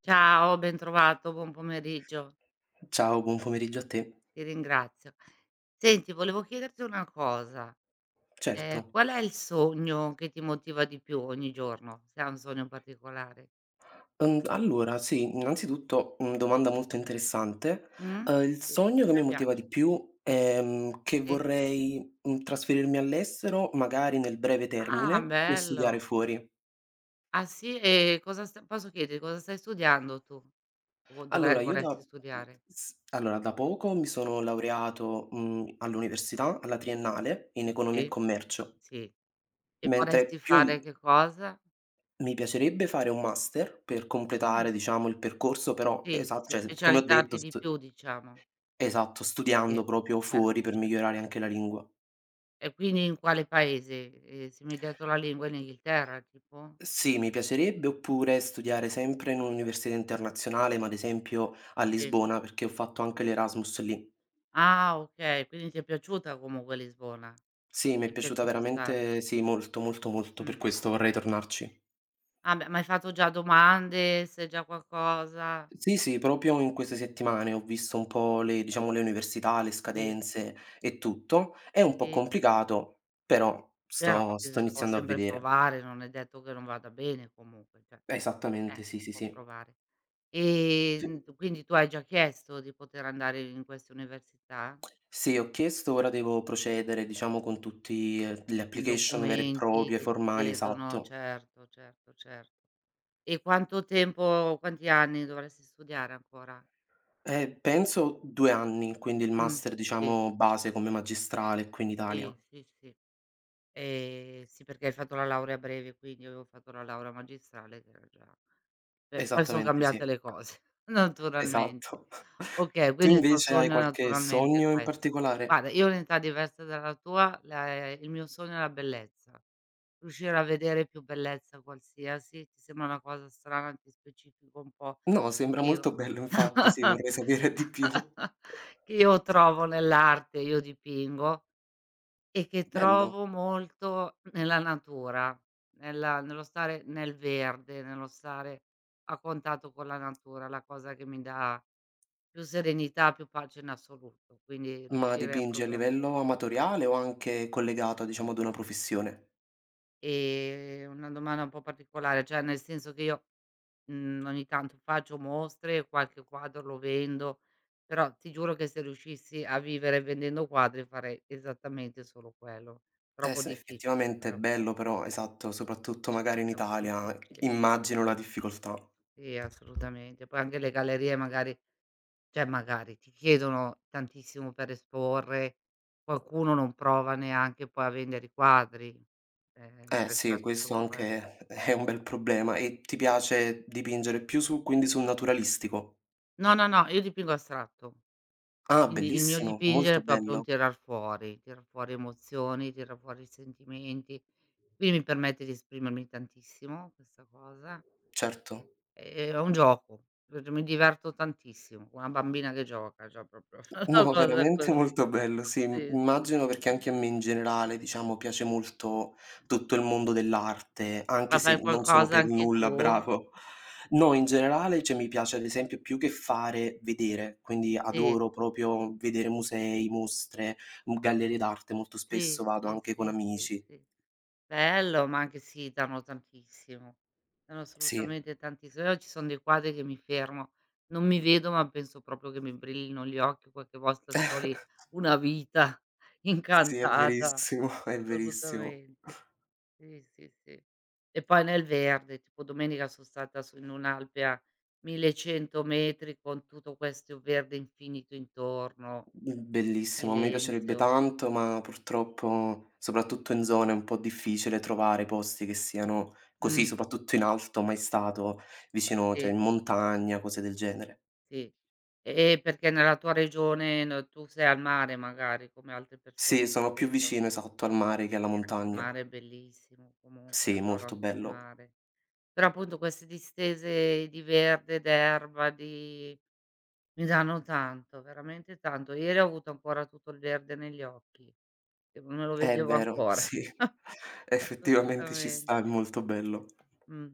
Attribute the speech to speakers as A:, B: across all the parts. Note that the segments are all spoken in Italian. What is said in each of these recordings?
A: Ciao, bentrovato, buon pomeriggio,
B: Ciao, buon pomeriggio a te.
A: ti ringrazio. Senti, volevo chiederti una cosa,
B: Certo.
A: qual è il sogno che ti motiva di più ogni giorno? Se hai un sogno particolare.
B: Allora sì, innanzitutto, domanda molto interessante.
A: Mh?
B: Il
A: Sì,
B: sogno che
A: a
B: mi
A: me
B: motiva
A: piace.
B: di più è, che
A: Sì.
B: vorrei, trasferirmi all'estero, magari nel breve
A: Ah,
B: termine, per studiare
A: bello.
B: fuori.
A: Ah sì? E cosa st posso chiederti cosa stai studiando tu? O dovre
B: Allora io da
A: vorresti
B: mhmm,
A: studiare?
B: allora da poco mi sono laureato, all'università, alla triennale, in economia e
A: Sì?
B: commercio,
A: Sì. E
B: mentre
A: vorresti
B: più il
A: fare che cosa?
B: mi piacerebbe fare un master per
A: Mh.
B: completare, diciamo, il percorso, però
A: Sì, sì,
B: esa
A: sì,
B: cioè, come ho detto
A: specializzarti di
B: st
A: più diciamo.
B: Esatto,
A: Sì,
B: studiando proprio
A: certo,
B: fuori per
A: certo.
B: migliorare anche la lingua.
A: E quindi in quale paese? Se mi hai detto la lingua, in Inghilterra tipo?
B: Sì, mi piacerebbe oppure studiare sempre in un'università internazionale, ma ad esempio a
A: Sì.
B: Lisbona, perché ho fatto anche l'Erasmus lì.
A: Ah, okay, quindi ti è piaciuta comunque Lisbona?
B: Sì, mi è
A: Ti è
B: piaciuta
A: piaciuto stare?
B: veramente, sì, molto, molto, molto,
A: Mh.
B: per questo vorrei tornarci.
A: Ah beh, ma hai fatto già domande? Sai già qualcosa?
B: Sì, sì, proprio in queste settimane ho visto un po' le diciamo le università, le
A: Sì,
B: scadenze e tutto. È un po'
A: sì,
B: complicato, però
A: però
B: sto
A: bis
B: sto
A: si può
B: iniziando a
A: sempre
B: vedere.
A: provare, non è detto che non vada bene comunque, cioè,
B: Esattamente, sì,
A: si
B: sì,
A: può
B: sì.
A: provare.
B: Sì.
A: D Quindi tu hai già chiesto di poter andare in queste università?
B: Sì, ho chiesto, ora devo procedere, diciamo, con tutti, le application vere e
A: Documenti
B: proprie,
A: che ti
B: formali,
A: chiedono,
B: esatto.
A: certo, certo, cer e quanto tempo, quanti anni dovresti studiare ancora?
B: Penso 2 anni, quindi il
A: Mh,
B: master,
A: sì,
B: diciamo, base come magistrale qui in
A: sì,
B: Italia.
A: sì, sì. Sì, perché hai fatto la laurea a breve, quindi io avevo fatto la laurea magistrale che era già. Poi son
B: Esattamente sì,
A: cambiate le cose, naturalmente.
B: esatto.
A: Okay,
B: Tu
A: quindi il tuo
B: invece hai
A: sogno
B: qualche
A: naturalmente è naturalmente
B: sogno in
A: questo.
B: particolare?
A: Guarda, io ho un'età diversa dalla tua, la il mio sogno è la bellezza. Riuscire a vedere più bellezza qualsiasi, ti sembra una cosa strana, ti specifico un po'
B: No, sembra
A: che io
B: molto bello infatti, sì, vorrei sapere di più.
A: che io trovo nell'arte, io dipingo e che
B: Bello.
A: trovo molto nella natura, nella nello stare nel verde, nello stare a contatto con la natura, la cosa che mi dà più serenità, più pace in assoluto, quindi
B: Ma
A: riuscire a
B: dipingi a
A: program
B: livello amatoriale o anche collegato, diciamo, ad una professione?
A: una domanda un po' particolare, cioè nel senso che io, ogni tanto faccio mostre, qualche quadro lo vendo, però ti giuro che se riuscissi a vivere vendendo quadri farei esattamente solo quello. Troppo
B: S
A: difficile
B: Effettivamente è
A: però,
B: bello però, esatto, soprattutto magari in
A: troppo
B: Italia,
A: difficile.
B: immagino la difficoltà.
A: Sì, assolutamente. Poi anche le gallerie magari, cioè magari ti chiedono tantissimo per esporre, qualcuno non prova neanche poi a vendere i quadri,
B: Eh
A: c'è
B: sì,
A: stato
B: questo
A: solo a quello.
B: anche è un bel problema. E ti piace dipingere più su quindi sul naturalistico?
A: No, no, no, io dipingo astratto,
B: Ah,
A: quindi il mio
B: bellissimo,
A: dipingere è
B: molto
A: proprio un
B: bello,
A: tirar fuori emozioni, tirar fuori sentimenti, quindi mi permette di esprimermi tantissimo questa cosa.
B: certo.
A: È un gioco, mi diverto tantissimo, una bambina che gioca, cioè proprio una
B: No,
A: cosa
B: veramente
A: così.
B: molto bello, sì. Im
A: Sì, sì,
B: immagino
A: sì.
B: perché anche a me in generale, diciamo, piace molto tutto il mondo dell'arte,
A: Ma
B: anche
A: fai
B: se non sono
A: qualcosa
B: per
A: anche
B: nulla
A: tu?
B: bravo. No, in generale, cioè, mi piace ad esempio più che fare, vedere, quindi
A: Sì,
B: adoro proprio vedere musei, mostre, gallerie d'arte, molto
A: sì,
B: spesso vado
A: sì,
B: anche con
A: sì, sì,
B: amici.
A: sì. Bello, ma anche sì, danno tantissimo. Danno
B: Sì.
A: assolutamente tantissimo. Io ci son dei quadri che mi fermo, non mi vedo, ma penso proprio che mi brillino gli occhi, qualche volta sto lì una vita
B: Sì, è
A: incantata,
B: verissimo, è verissimo.
A: assolutamente. Sì, sì, sì. E poi nel verde, tipo domenica so' stata su in un'alpe a 1100 metri con tutto questo verde infinito intorno,
B: Mhmm, Bellissimo, mi piacerebbe
A: silenzio.
B: tanto, ma purtroppo, soprattutto in zona, è un po' difficile trovare posti che siano così,
A: Mh,
B: soprattutto in alto, mai stato vicino cioè
A: sì,
B: in montagna, cose del genere.
A: sì. E perché nella tua regione no, tu sei al mare magari, come altre
B: Sì,
A: persone che
B: sono più
A: sentono,
B: vicino, esatto, al mare che alla
A: e anche il
B: montagna.
A: mare è bellissimo comunque,
B: Sì,
A: adoro
B: molto
A: anche il
B: bello.
A: mare. Però appunto queste distese di verde, d'erba, di. Mi danno tanto, veramente tanto. Ieri ho avuto ancora tutto il verde negli occhi, che non me lo
B: È
A: vedevo
B: vero,
A: ancora.
B: sì. Effettivamente ci sta, è
A: Assolutamente.
B: molto bello.
A: Mh.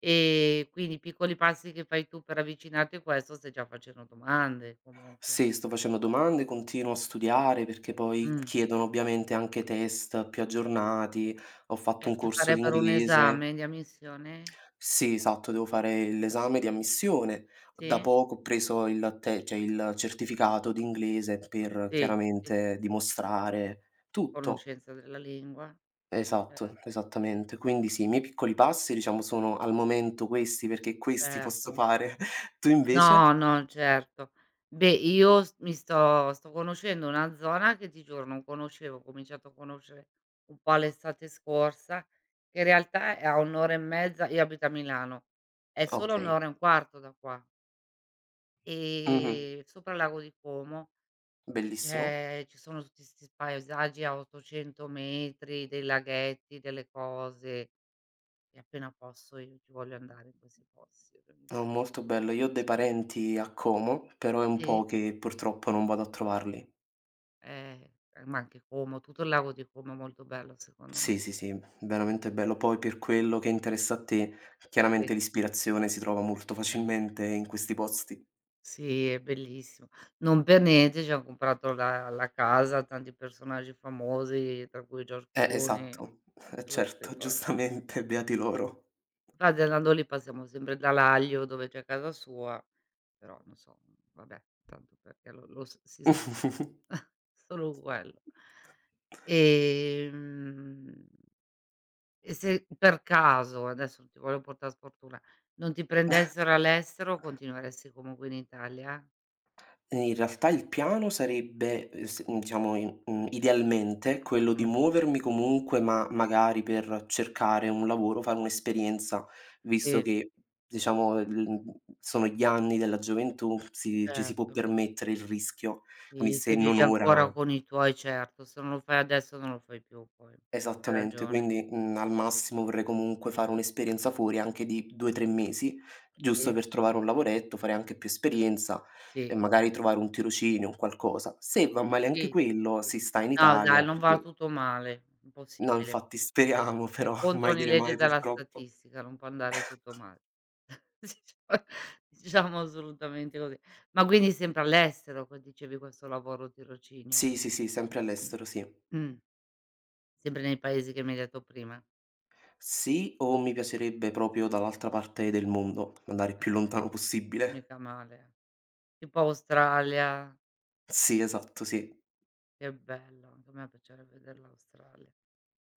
A: E quindi i piccoli passi che fai tu per avvicinarti, a questo stai già facendo domande comunque.
B: Sì, sto facendo domande, continuo a studiare perché poi
A: Mh.
B: chiedono ovviamente anche test più aggiornati. Ho fatto
A: Cioè
B: un
A: ti
B: corso di
A: farebbero un
B: inglese.
A: esame di ammissione?
B: Sì, esatto, devo fare l'esame di ammissione. Da
A: Sì?
B: poco ho preso il te cioè il certificato di inglese per
A: Sì, sì, sì,
B: chiaramente
A: sì.
B: dimostrare tutto.
A: Conoscenza della lingua,
B: Esatto,
A: certo,
B: esattamente. Quindi sì, i miei piccoli passi diciamo sono al momento questi, perché questi posso
A: certo.
B: fare. Tu
A: No,
B: invece?
A: no, certo. Beh, io s mi sto conoscendo una zona che ti giuro non conoscevo, ho cominciato a conoscere un po' l'estate scorsa, che in realtà è a 1 ora e mezza, io abito a Milano, è solo a 1
B: Okay.
A: ora e un quarto da qua,
B: Mh-mh.
A: sopra il lago di Como, e
B: Bellissimo.
A: c'è ci sono tutti 'sti paesaggi a 800 metri, dei laghetti, delle cose, e appena posso io ci voglio andare in questi posti.
B: No, molto bello. Io ho dei parenti a Como, però è un
A: Sì.
B: po' che purtroppo non vado a trovarli.
A: Eh, ma anche Como, tutto il lago di Como è molto bello secondo me.
B: Sì, sì, sì, veramente bello. Poi per quello che interessa a te,
A: Sì,
B: chiaramente l'ispirazione si trova molto facilmente in questi posti.
A: sì, è bellissimo. Non per niente ci han comprato la casa tanti personaggi famosi, tra cui George Clooney,
B: Esatto, eh
A: tutte queste
B: certo,
A: cose.
B: giustamente, beati loro.
A: Infatti andando lì passiamo sempre da Laglio, dove c'è casa sua, però non so, vabbè, tanto perché lo lo s si sa, solo quello. Ehm, e se per caso, adesso non ti voglio portà sfortuna, non ti prendessero all'estero, continueresti comunque in Italia?
B: In realtà il piano sarebbe, diciamo idealmente quello di
A: Mh.
B: muovermi comunque, ma magari per cercare un lavoro, fare un'esperienza, visto
A: Sì,
B: che diciamo sono gli anni della gioventù, si ci si può
A: certo.
B: permettere il rischio. Quindi
A: Sì,
B: se
A: se
B: non
A: vivi
B: ora.
A: ancora con i tuoi certo, se non lo fai adesso non lo fai più poi. Hai
B: Esattamente,
A: ragione.
B: quindi, al massimo vorrei comunque fare un'esperienza fuori anche di 2, 3 mesi, giusto
A: Sì,
B: per trovare un lavoretto, fare anche più esperienza e
A: sì,
B: magari trovare un tirocinio, un qualcosa. Se va male anche
A: sì, sì,
B: quello,
A: sì.
B: si sta in
A: No
B: Italia
A: dai, non va
B: perché
A: tutto male,
B: no,
A: impossibile.
B: infatti speriamo,
A: È
B: però
A: contro
B: mai
A: ogni
B: dire
A: legge
B: mai
A: della
B: purtroppo.
A: statistica, non può andare tutto male. Dicia diciamo assolutamente così. Ma quindi sempre all'estero que dicevi questo lavoro tirocinio?
B: Sì, sì, sì, sempre all'estero, sì.
A: Mh, sempre nei paesi che mi hai detto prima?
B: Sì, o mi piacerebbe proprio dall'altra parte del mondo, andare il
A: Eh,
B: più lontano possibile.
A: mica male. Tipo Australia,
B: Sì, esatto, sì.
A: che bello, anche a me piacerebbe vedere l'Australia.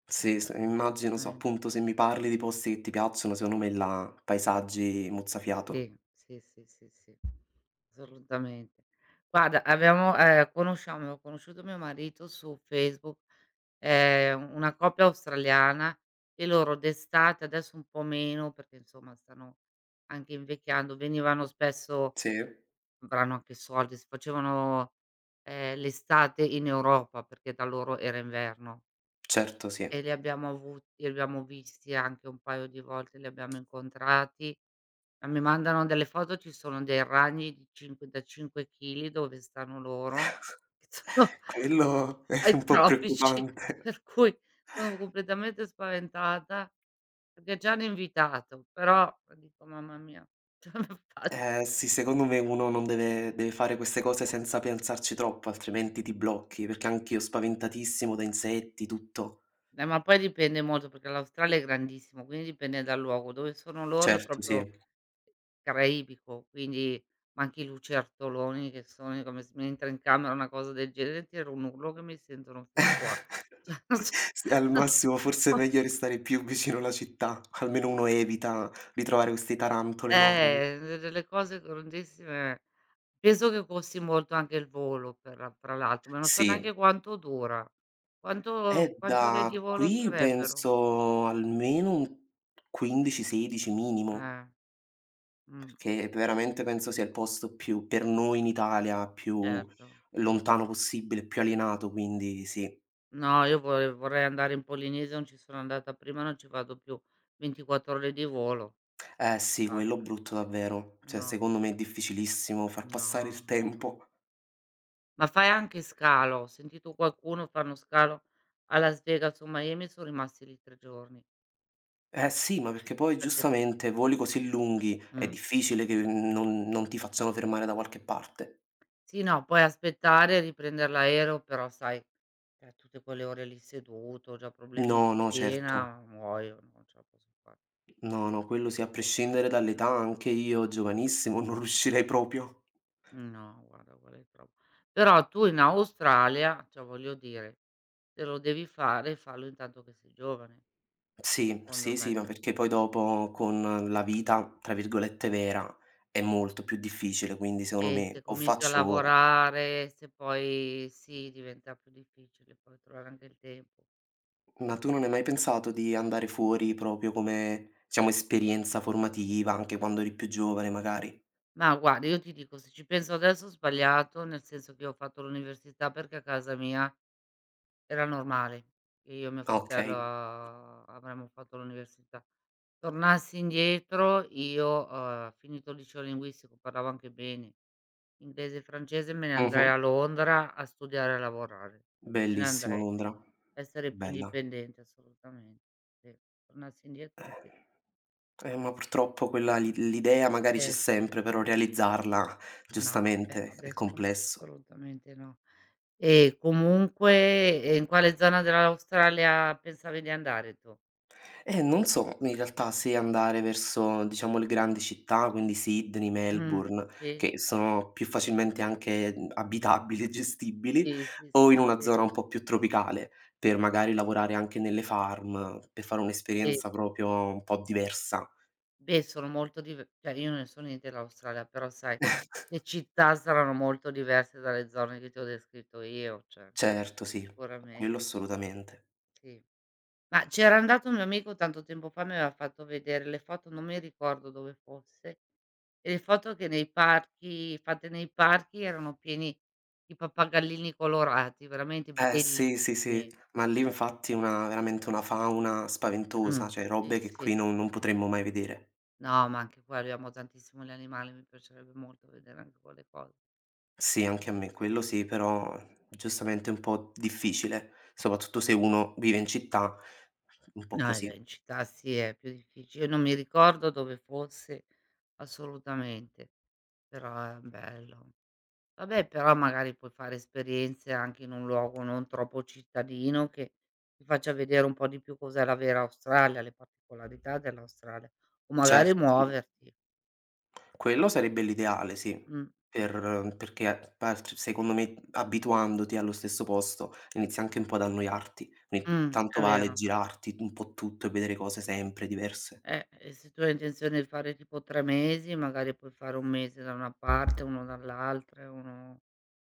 B: Sì, s immagino, so
A: Assolutamen
B: appunto se mi parli di posti che ti piacciono, secondo me là paesaggi mozzafiato.
A: sì, sì, sì, sì, sì, assolutamente. Guarda, abbiamo conosciamo, abbiamo conosciuto mio marito su Facebook, ehm, una coppia australiana, e loro d'estate, adesso un po' meno perché insomma stanno anche invecchiando, venivano spesso,
B: Sì?
A: avranno anche soldi, si facevano, l'estate in Europa perché da loro era inverno,
B: Certo, sì.
A: e li abbiamo visti anche un paio di volte, li abbiamo incontrati, ma mi mandano delle foto, ci sono dei ragni di 5, da 5 chili dove stanno loro.
B: Quello è
A: Ai
B: un po'
A: tropici,
B: preoccupante.
A: per cui sono completamente spaventata, perché già hanno invitato, però dico: "Mamma mia, come faccio?"
B: Eh sì, secondo me uno non deve fare queste cose senza pensarci troppo, altrimenti ti blocchi, perché anch'io spaventatissimo da insetti, tutto.
A: Ma poi dipende molto, perché l'Australia è grandissimo, quindi dipende dal luogo. Dove sono loro è
B: Certo, sì.
A: proprio caraibico, quindi, ma anche i lucertoloni, che sono io come s mi entra in camera una cosa del genere, tiro un urlo che mi sentono fino qua. Cioè non so.
B: Sì, al massimo forse è meglio restare più vicino alla città, almeno uno evita di trovare queste tarantole enormi.
A: D delle cose grandissime. Penso che costi molto anche il volo per fra l'altro, ma non so neanche
B: Sì.
A: quanto dura. Quanto Quante ore di
B: Da
A: volo
B: qui
A: sarebbero?
B: penso almeno un 15, 16 minimo,
A: Eh, mh,
B: perché veramente penso sia il posto più per noi in Italia, più
A: certo.
B: lontano possibile, più alienato, quindi sì.
A: No, io vorrei andare in Polinesia, non ci sono andata prima, non ci vado più. 24 ore di volo,
B: Eh sì, quello
A: basta.
B: brutto davvero. Cioè,
A: No,
B: secondo me è difficilissimo far
A: no, no,
B: passare il
A: no.
B: tempo.
A: Ma fai anche scalo, ho sentito qualcuno fanno scalo a Las Vegas o Miami, son rimasti lì 3 giorni.
B: Eh sì, ma perché poi
A: Perché
B: giustamente voli così lunghi è
A: mh.
B: difficile che non ti facciano fermare da qualche parte.
A: Sì, no, poi aspettare, riprender l'aereo, però sai, tutte quelle ore lì seduto, ho già problemi di
B: No, no, certo.
A: schiena, muoio, non ce la posso fare,
B: No, no, quello sì, a prescindere
A: assolutamente
B: dall'età,
A: no.
B: anche io giovanissimo non riuscirei proprio.
A: No, guarda, guarda è troppo. Però tu in Australia, cioè voglio dire, se lo devi fare, fallo intanto che sei giovane,
B: Sì,
A: secondo
B: sì,
A: me.
B: sì, ma perché poi dopo con la vita, tra virgolette, vera è molto più difficile, quindi secondo
A: E
B: me
A: se
B: o
A: cominci a
B: faccio ora.
A: lavorare, se poi sì, diventa più difficile poi trovare anche il tempo. Sì.
B: Ma tu non hai mai pensato di andare fuori proprio come, diciamo, esperienza formativa, anche quando eri più giovane magari?
A: Ma guarda, io ti dico, se ci penso adesso ho sbagliato, nel senso che io ho fatto l'università perché a casa mia era normale che io e mio
B: Ah,
A: fratello
B: okay.
A: ah, avremmo fatto l'università. Tornassi indietro io, finito il liceo linguistico, parlavo anche bene inglese e francese, me ne andrei
B: Mh-mh.
A: a Londra a studiare e a lavorare. Me ne
B: Bellissima
A: andrei,
B: Londra.
A: essere più
B: Bella.
A: indipendente assolutamente, sì. Tornassi indietro sì.
B: Eh. Ma purtroppo quella l'idea magari c'è
A: Eh sì.
B: sempre, però realizzarla
A: No, beh
B: giustamente è
A: adesso no,
B: complesso.
A: assolutamente no. E comunque e in quale zona dell'Australia pensavi di andare tu?
B: Non so in realtà se andare verso, diciamo, le grandi città, quindi Sydney,
A: Mh,
B: Melbourne,
A: sì,
B: che sono più facilmente anche, abitabili e gestibili,
A: sì, sì, sì,
B: o in una
A: sì,
B: zona un po' più tropicale, per magari lavorare anche nelle farm, per fare
A: sì.
B: un'esperienza proprio un po' diversa.
A: Beh, sono molto dive cioè io non ne so niente dell'Australia, però sai, le città saranno molto diverse dalle zone che ti ho descritto io, cioè
B: Certo, sì,
A: sicuramente,
B: quello assolutamente.
A: sì. Ma c'era andato un mio amico tanto tempo fa, mi aveva fatto vedere le foto, non mi ricordo dove fosse. E le foto che nei parchi fatte nei parchi erano pieni di pappagallini colorati, veramente
B: Eh sì, sì,
A: bellissimi.
B: sì, ma lì infatti una veramente una fauna spaventosa,
A: Mh.
B: cioè
A: Sì,
B: robe che
A: sì,
B: qui non
A: sì.
B: potremmo mai vedere.
A: No, ma anche qua, noi amiamo tantissimo gli animali, mi piacerebbe molto vedere anche quelle cose.
B: Sì, anche a me,
A: Eh, sì.
B: quello sì, però giustamente è un po' difficile, soprattutto se uno vive in città, un po'
A: No, eh
B: così.
A: beh, in città sì, è più difficile. Io non mi ricordo dove fosse assolutamente, però è bello. Vabbè, però magari puoi fare esperienze anche in un luogo non troppo cittadino che ti faccia vedere un po' di più cos'è la vera Australia, le particolarità dell'Australia, o magari
B: Certo, sì.
A: muoverti.
B: Quello sarebbe l'ideale, sì,
A: Mh,
B: perché a part secondo me abituandoti allo stesso posto inizi anche un po' ad annoiarti, quindi
A: è
B: tanto vale
A: vero.
B: girarti un po' tutto e vedere cose sempre diverse.
A: E se tu hai intenzione di fare tipo 3 mesi, magari puoi fare 1 mese da una parte, 1 dall'altra, e 1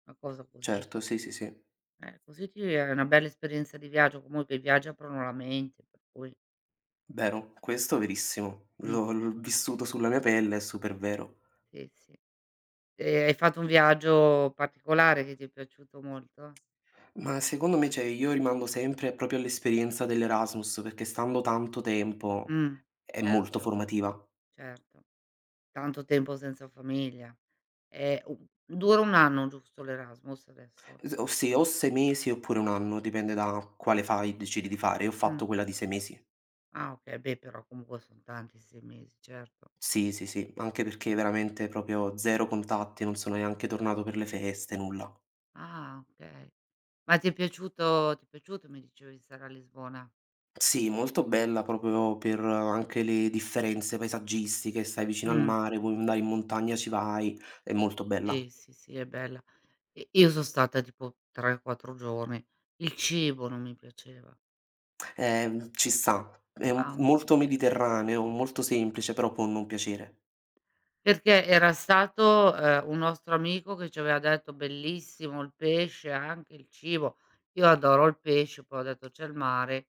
A: una cosa così.
B: Certo, sì, sì, sì.
A: Così ti è una bella esperienza di viaggio, comunque i viaggi aprono la mente, per cui
B: Vero, questo è verissimo.
A: mh,
B: L'ho vissuto sulla mia pelle, è super vero.
A: sì, sì. Hai fatto un viaggio particolare che ti è piaciuto molto?
B: Ma secondo me, cioè, io rimando sempre proprio all'esperienza dell'Erasmus, perché stando tanto tempo
A: Mh,
B: è molto
A: certo,
B: formativa.
A: certo. Tanto tempo senza famiglia. U dura 1 anno, giusto, l'Erasmus adesso?
B: S o se o 6 mesi oppure 1 anno, dipende da quale fai decidi di fare. Io ho
A: Mh,
B: fatto quella di 6 mesi.
A: ah okay, beh, però comunque son tanti 6 mesi, certo.
B: Sì, sì, sì, anche perché veramente proprio 0 contatti, non sono neanche tornato per le feste, nulla.
A: Ah, okay. Ma ti è piaciuto, ti è piaciuto mi dicevi stare a Lisbona?
B: Sì, molto bella proprio per anche le differenze paesaggistiche, stai vicino al
A: Mh,
B: mare, vuoi andare in montagna, ci vai, è molto bella.
A: sì, sì, sì, è bella. I Io son stata tipo 3, 4 giorni. Il cibo non mi piaceva,
B: Ci sta. È un
A: mamma
B: molto
A: mia.
B: mediterraneo, molto semplice, però può non piacere.
A: Perché era stato, un nostro amico che ci aveva detto: "Bellissimo il pesce, anche il cibo". Io adoro il pesce, poi ho detto: "C'è il mare".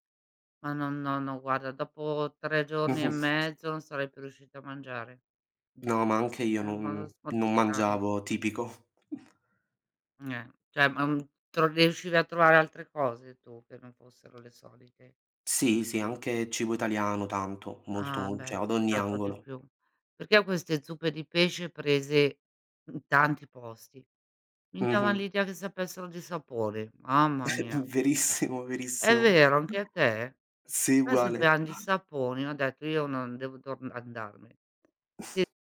A: Ma no, no, no, guarda, dopo 3 giorni e
B: Mh-mh.
A: mezzo non sarei più riuscita a mangiare.
B: No, ma anche io
A: È un modo
B: non
A: s molto
B: non
A: strano.
B: mangiavo tipico.
A: Cioè, ma, mhmm, tro riuscivi a trovare altre cose tu, che non fossero le solite?
B: Sì, sì, anche cibo italiano tanto, molto,
A: Ah,
B: mol
A: beh,
B: cioè
A: c'è
B: ad ogni
A: stato di
B: angolo.
A: più. Perché queste zuppe di pesce prese in tanti posti. Minchia,
B: Mh-mh.
A: l'idea che sapessero di sapori, mamma mia.
B: Verissimo,
A: È
B: verissimo.
A: vero, anche a te?
B: Sì,
A: Noi
B: uguale.
A: sappiam di saponi, ho detto: "Io non devo torn andarmene". Ti